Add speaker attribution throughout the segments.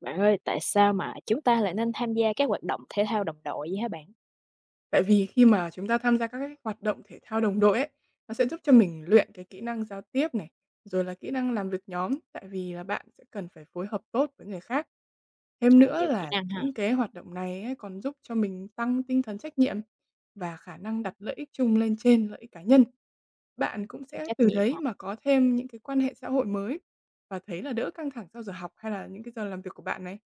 Speaker 1: Bạn ơi, tại sao mà chúng ta lại nên tham gia các hoạt động thể thao đồng đội vậy hả bạn?
Speaker 2: Tại vì khi mà chúng ta tham gia các cái hoạt động thể thao đồng đội ấy, nó sẽ giúp cho mình luyện cái kỹ năng giao tiếp này, rồi là kỹ năng làm việc nhóm, tại vì là bạn sẽ cần phải phối hợp tốt với người khác. Thêm
Speaker 1: À,
Speaker 2: nữa
Speaker 1: nhiều kỹ
Speaker 2: là
Speaker 1: năng ha,
Speaker 2: những cái hoạt động này ấy còn giúp cho mình tăng tinh thần trách nhiệm và khả năng đặt lợi ích chung lên trên lợi ích cá nhân.
Speaker 1: ừm,
Speaker 2: Bạn cũng sẽ
Speaker 1: trách
Speaker 2: từ
Speaker 1: nhiệm
Speaker 2: đấy
Speaker 1: hả?
Speaker 2: mà có thêm những cái quan hệ xã hội mới và thấy là đỡ căng thẳng sau giờ học hay là những cái giờ làm việc của bạn này.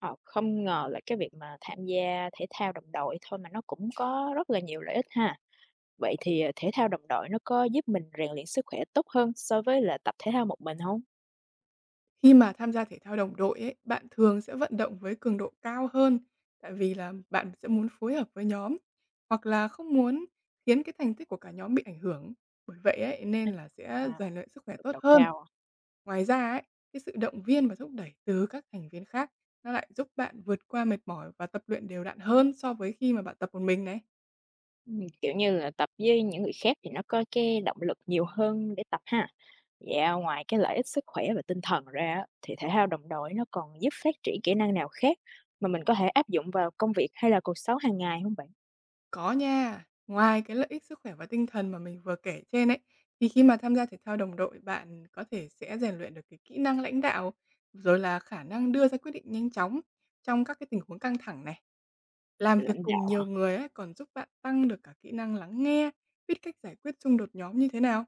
Speaker 1: Ờ, không ngờ là cái việc mà tham gia thể thao đồng đội thôi mà nó cũng có rất là nhiều lợi ích ha. Vậy thì, thể thao đồng đội nó có giúp mình rèn luyện sức khỏe tốt hơn so với là tập thể thao một mình hông?
Speaker 2: Khi mà tham gia thể thao đồng đội ấy, bạn thường sẽ vận động với cường độ cao hơn, tại vì là bạn sẽ muốn phối hợp với nhóm, hoặc là không muốn khiến cái thành tích của cả nhóm bị ảnh hưởng. Bởi vậy ấy,
Speaker 1: À,
Speaker 2: nên là sẽ
Speaker 1: à,
Speaker 2: rèn luyện sức khỏe
Speaker 1: cường
Speaker 2: tốt
Speaker 1: độ
Speaker 2: hơn.
Speaker 1: cao.
Speaker 2: Ngoài ra ấy, cái sự động viên và thúc đẩy từ các thành viên khác nó lại giúp bạn vượt qua mệt mỏi và tập luyện đều đặn hơn so với khi mà bạn tập một mình này.
Speaker 1: Kiểu như là, tập với những người khác thì nó có cái động lực nhiều hơn để tập ha. Dạ, ngoài cái lợi ích sức khỏe và tinh thần ra á, thì thể thao đồng đội nó còn giúp phát triển kỹ năng nào khác mà mình có thể áp dụng vào công việc hay là cuộc sống hàng ngày không bạn?
Speaker 2: Có nha. Ngoài cái lợi ích sức khỏe và tinh thần mà mình vừa kể trên ấy, thì khi mà tham gia thể thao đồng đội, bạn có thể sẽ rèn luyện được cái kỹ năng lãnh đạo, rồi là khả năng đưa ra quyết định nhanh chóng trong các cái tình huống căng thẳng này. Làm việc
Speaker 1: Lãnh
Speaker 2: cùng
Speaker 1: đạo
Speaker 2: nhiều người ấy còn giúp bạn tăng được cả kỹ năng lắng nghe, biết cách giải quyết xung đột nhóm như thế nào.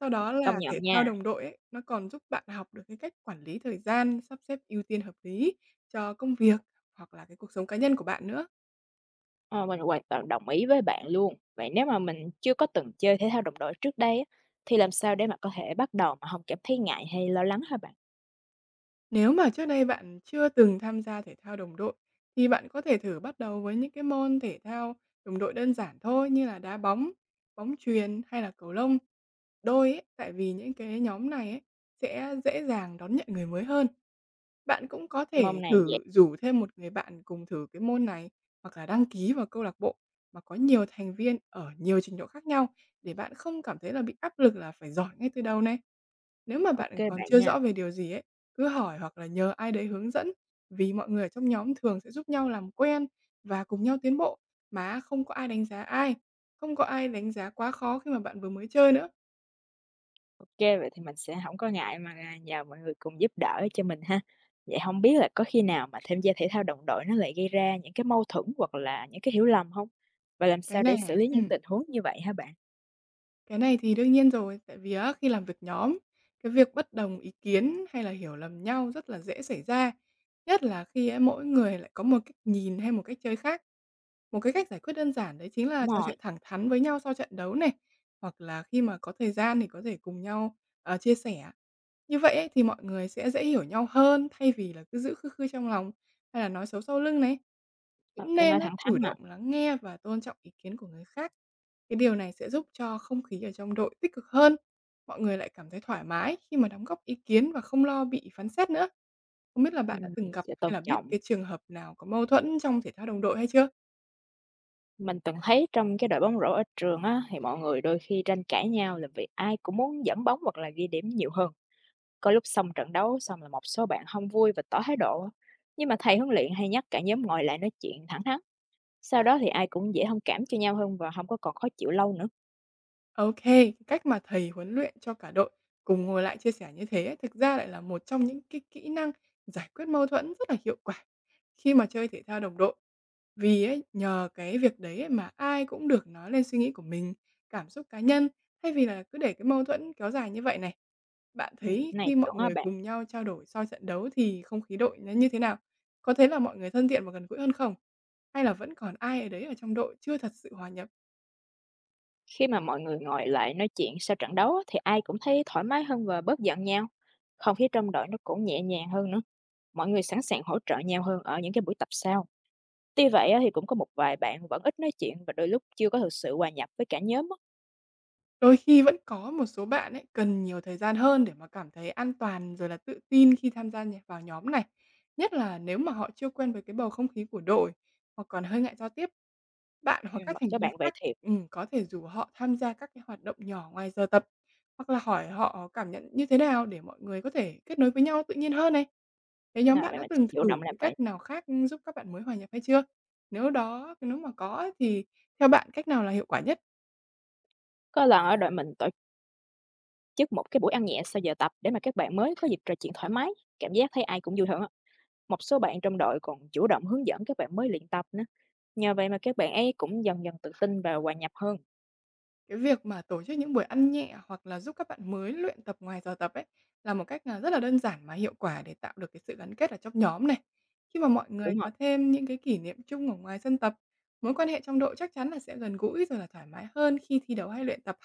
Speaker 2: Sau đó
Speaker 1: công
Speaker 2: là
Speaker 1: nhận
Speaker 2: thể thao
Speaker 1: nha,
Speaker 2: đồng đội ấy, nó còn giúp bạn học được cái cách quản lý thời gian, sắp xếp ưu tiên hợp lý cho công việc hoặc là cái cuộc sống cá nhân của bạn nữa.
Speaker 1: ờ, mình hoàn toàn đồng ý với bạn luôn. Vậy nếu mà mình chưa có từng chơi thể thao đồng đội trước đây á, thì làm sao để mà có thể bắt đầu mà không cảm thấy ngại hay lo lắng hả bạn?
Speaker 2: Nếu mà trước đây bạn chưa từng tham gia thể thao đồng đội, thì bạn có thể thử bắt đầu với những cái môn thể thao đồng đội đơn giản thôi như là đá bóng, bóng chuyền hay là cầu lông. Đôi ấy, tại vì những cái nhóm này ấy sẽ dễ dàng đón nhận người mới hơn. Bạn cũng có
Speaker 1: Môn
Speaker 2: thể
Speaker 1: này
Speaker 2: thử
Speaker 1: dễ.
Speaker 2: rủ thêm một người bạn cùng thử cái môn này hoặc là đăng ký vào câu lạc bộ mà có nhiều thành viên ở nhiều trình độ khác nhau để bạn không cảm thấy là bị áp lực là phải giỏi ngay từ đầu này. Nếu mà
Speaker 1: Ok
Speaker 2: bạn còn
Speaker 1: bạn
Speaker 2: chưa
Speaker 1: nha.
Speaker 2: rõ về điều gì ấy, cứ hỏi hoặc là nhờ ai đấy hướng dẫn, vì mọi người ở trong nhóm thường sẽ giúp nhau làm quen và cùng nhau tiến bộ, mà không có ai đánh giá ai, không có ai đánh giá quá khó khi mà bạn vừa mới chơi nữa.
Speaker 1: OK, vậy thì mình sẽ không có ngại mà, à, nhờ mọi người cùng giúp đỡ cho mình ha. Vậy không biết là có khi nào mà tham gia thể thao đồng đội nó lại gây ra những cái mâu thuẫn hoặc là những cái hiểu lầm không? Và làm
Speaker 2: Cái
Speaker 1: sao để
Speaker 2: này
Speaker 1: xử lý
Speaker 2: À,
Speaker 1: những tình huống như vậy hả bạn?
Speaker 2: cái này thì đương nhiên rồi, tại vì á, khi làm việc nhóm, cái việc bất đồng ý kiến hay là hiểu lầm nhau rất là dễ xảy ra, nhất là khi á, mỗi người lại có một cách nhìn hay một cách chơi khác. Một cái cách giải quyết đơn giản đấy chính là
Speaker 1: Đúng
Speaker 2: trò chuyện
Speaker 1: rồi,
Speaker 2: thẳng thắn với nhau sau trận đấu này, hoặc là khi mà có thời gian thì có thể cùng nhau, chia sẻ. Như vậy ấy, thì mọi người sẽ dễ hiểu nhau hơn thay vì là cứ giữ khư khư trong lòng hay là nói xấu sau lưng này.
Speaker 1: ờ,
Speaker 2: Cũng
Speaker 1: cứ
Speaker 2: nên
Speaker 1: nói
Speaker 2: á,
Speaker 1: thẳng
Speaker 2: chủ
Speaker 1: thắn mà.
Speaker 2: động lắng nghe và tôn trọng ý kiến của người khác. Cái điều này sẽ giúp cho không khí ở trong đội tích cực hơn. Mọi người lại cảm thấy thoải mái khi mà đóng góp ý kiến và không lo bị phán xét nữa. Không biết là bạn đã từng gặp
Speaker 1: Sẽ tôn
Speaker 2: hay là biết
Speaker 1: trọng.
Speaker 2: cái trường hợp nào có mâu thuẫn trong thể thao đồng đội hay chưa?
Speaker 1: Mình từng thấy trong cái đội bóng rổ ở trường á, thì mọi người đôi khi tranh cãi nhau là vì ai cũng muốn dẫn bóng hoặc là ghi điểm nhiều hơn. Có lúc xong trận đấu xong là một số bạn không vui và tỏ thái độ á, nhưng mà thầy huấn luyện hay nhắc cả nhóm ngồi lại nói chuyện thẳng thắn. Sau đó thì ai cũng dễ thông cảm cho nhau hơn và không có còn khó chịu lâu nữa.
Speaker 2: OK, cái cách mà thầy huấn luyện cho cả đội cùng ngồi lại chia sẻ như thế ấy, thực ra lại là một trong những cái kỹ năng giải quyết mâu thuẫn rất là hiệu quả khi mà chơi thể thao đồng đội. Vì ấy, nhờ cái việc đấy ấy mà ai cũng được nói lên suy nghĩ của mình, cảm xúc cá nhân thay vì là cứ để cái mâu thuẫn kéo dài như vậy này. Bạn thấy
Speaker 1: Này
Speaker 2: khi mọi
Speaker 1: chuẩn á
Speaker 2: người
Speaker 1: bạn.
Speaker 2: cùng nhau trao đổi sau trận đấu thì không khí đội nó như thế nào? Có thấy là mọi người thân thiện và gần gũi hơn không? Hay là vẫn còn ai ở đấy ở trong đội chưa thật sự hòa nhập?
Speaker 1: Khi mà mọi người ngồi lại nói chuyện sau trận đấu á, thì ai cũng thấy thoải mái hơn và bớt giận nhau. Không khí trong đội nó cũng nhẹ nhàng hơn nữa. Mọi người sẵn sàng hỗ trợ nhau hơn ở những cái buổi tập sau. Tuy vậy á, thì cũng có một vài bạn vẫn ít nói chuyện và đôi lúc chưa có thực sự hòa nhập với cả nhóm á.
Speaker 2: Đôi khi vẫn có một số bạn ấy cần nhiều thời gian hơn để mà cảm thấy an toàn rồi là tự tin khi tham gia vào nhóm này, nhất là nếu mà họ chưa quen với cái bầu không khí của đội hoặc còn hơi ngại giao tiếp. Bạn hoặc các
Speaker 1: Một
Speaker 2: thành
Speaker 1: số
Speaker 2: viên
Speaker 1: bạn vậy
Speaker 2: khác,
Speaker 1: thiệt,
Speaker 2: có thể rủ họ tham gia các cái hoạt động nhỏ ngoài giờ tập, hoặc là hỏi họ cảm nhận như thế nào để mọi người có thể kết nối với nhau tự nhiên hơn này. Thế nhóm
Speaker 1: nên
Speaker 2: bạn
Speaker 1: vậy
Speaker 2: đã
Speaker 1: mình sẽ
Speaker 2: từng
Speaker 1: chủ
Speaker 2: thử
Speaker 1: động làm
Speaker 2: cái
Speaker 1: vậy.
Speaker 2: cách nào khác, giúp các bạn mới hòa nhập hay chưa? Nếu mà có ấy thì theo bạn cách nào là hiệu quả nhất?
Speaker 1: Có lần ở đội mình tổ chức một cái buổi ăn nhẹ sau giờ tập để mà các bạn mới có dịp trò chuyện thoải mái, cảm giác thấy ai cũng vui hơn á. Một số bạn trong đội còn chủ động hướng dẫn các bạn mới luyện tập nữa. Nhờ vậy mà các bạn ấy cũng dần dần tự tin và hòa nhập hơn.
Speaker 2: Cái việc mà tổ chức những buổi ăn nhẹ hoặc là giúp các bạn mới luyện tập ngoài giờ tập ấy, là một cách là rất là đơn giản mà hiệu quả để tạo được cái sự gắn kết ở trong nhóm này. Khi mà mọi người
Speaker 1: Đúng rồi,
Speaker 2: có thêm những cái kỷ niệm chung ở ngoài sân tập, mối quan hệ trong đội chắc chắn là sẽ gần gũi rồi là thoải mái hơn khi thi đấu hay luyện tập.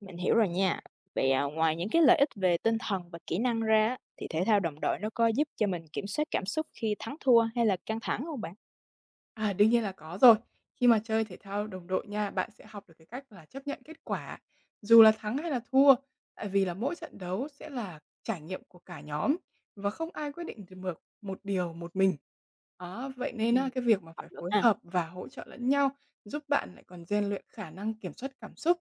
Speaker 1: mình hiểu rồi nha. Vậy à, ngoài những cái lợi ích về tinh thần và kỹ năng ra á, thì thể thao đồng đội nó có giúp cho mình kiểm soát cảm xúc khi thắng thua hay là căng thẳng không bạn?
Speaker 2: À, đương nhiên là có rồi. Khi mà chơi thể thao đồng đội nha, bạn sẽ học được cái cách là chấp nhận kết quả, dù là thắng hay là thua, tại vì là mỗi trận đấu sẽ là trải nghiệm của cả nhóm và không ai quyết định được một điều một mình. Đó, vậy nên
Speaker 1: Ừ,
Speaker 2: á, cái việc mà
Speaker 1: học
Speaker 2: phải
Speaker 1: được
Speaker 2: phối
Speaker 1: ha.
Speaker 2: hợp và hỗ trợ lẫn nhau giúp bạn lại còn rèn luyện khả năng kiểm soát cảm xúc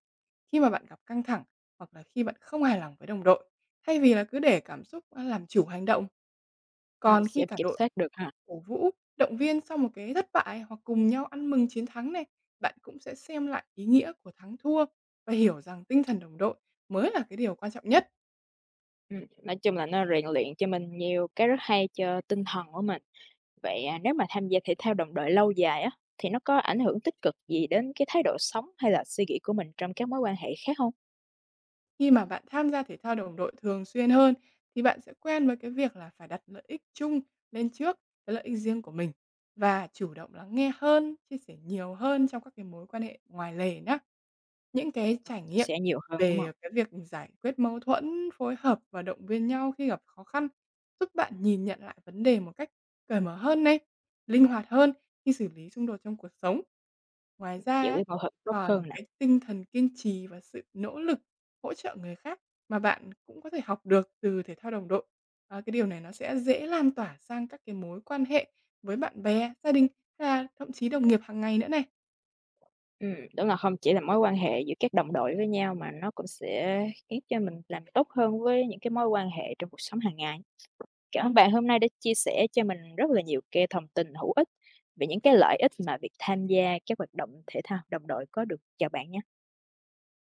Speaker 2: khi mà bạn gặp căng thẳng hoặc là khi bạn không hài lòng với đồng đội, thay vì là cứ để cảm xúc làm chủ hành động.
Speaker 1: À,
Speaker 2: Còn khi
Speaker 1: sẽ
Speaker 2: cả
Speaker 1: kiểm
Speaker 2: đội
Speaker 1: soát được ha.
Speaker 2: cổ vũ, động viên sau một cái thất bại hoặc cùng nhau ăn mừng chiến thắng này, bạn cũng sẽ xem lại ý nghĩa của thắng thua và hiểu rằng tinh thần đồng đội mới là cái điều quan trọng nhất.
Speaker 1: Ừ, nói chung là nó rèn luyện cho mình nhiều cái rất hay cho tinh thần của mình. Vậy, à, nếu mà tham gia thể thao đồng đội lâu dài á, thì nó có ảnh hưởng tích cực gì đến cái thái độ sống hay là suy nghĩ của mình trong các mối quan hệ khác không?
Speaker 2: Khi mà bạn tham gia thể thao đồng đội thường xuyên hơn thì bạn sẽ quen với cái việc là phải đặt lợi ích chung lên trước cái lợi ích riêng của mình và chủ động lắng nghe hơn, chia sẻ nhiều hơn trong các cái mối quan hệ ngoài lề nhé. Những cái
Speaker 1: Ờ,
Speaker 2: trải
Speaker 1: chia
Speaker 2: nghiệm
Speaker 1: sẻ nhiều hơn, đúng
Speaker 2: về
Speaker 1: không?
Speaker 2: cái việc giải quyết mâu thuẫn, phối hợp và động viên nhau khi gặp khó khăn giúp bạn nhìn nhận lại vấn đề một cách cởi mở hơn này, linh hoạt hơn khi xử lý xung đột trong cuộc sống. Ngoài
Speaker 1: Giải
Speaker 2: ra ấy,
Speaker 1: quyết mâu thuẫn tốt hơn
Speaker 2: còn
Speaker 1: nè.
Speaker 2: cái tinh thần kiên trì và sự nỗ lực hỗ trợ người khác mà bạn cũng có thể học được từ thể thao đồng đội. Cái điều này nó sẽ dễ lan tỏa sang các cái mối quan hệ với bạn bè, gia đình hay là thậm chí đồng nghiệp hàng ngày nữa này.
Speaker 1: Đúng là không chỉ là mối quan hệ giữa các đồng đội với nhau mà nó cũng sẽ khiến cho mình làm tốt hơn với những cái mối quan hệ trong cuộc sống hàng ngày. Cảm ơn bạn hôm nay đã chia sẻ cho mình rất là nhiều cái thông tin hữu ích về những cái lợi ích mà việc tham gia các hoạt động thể thao đồng đội có được. Chào bạn nhé.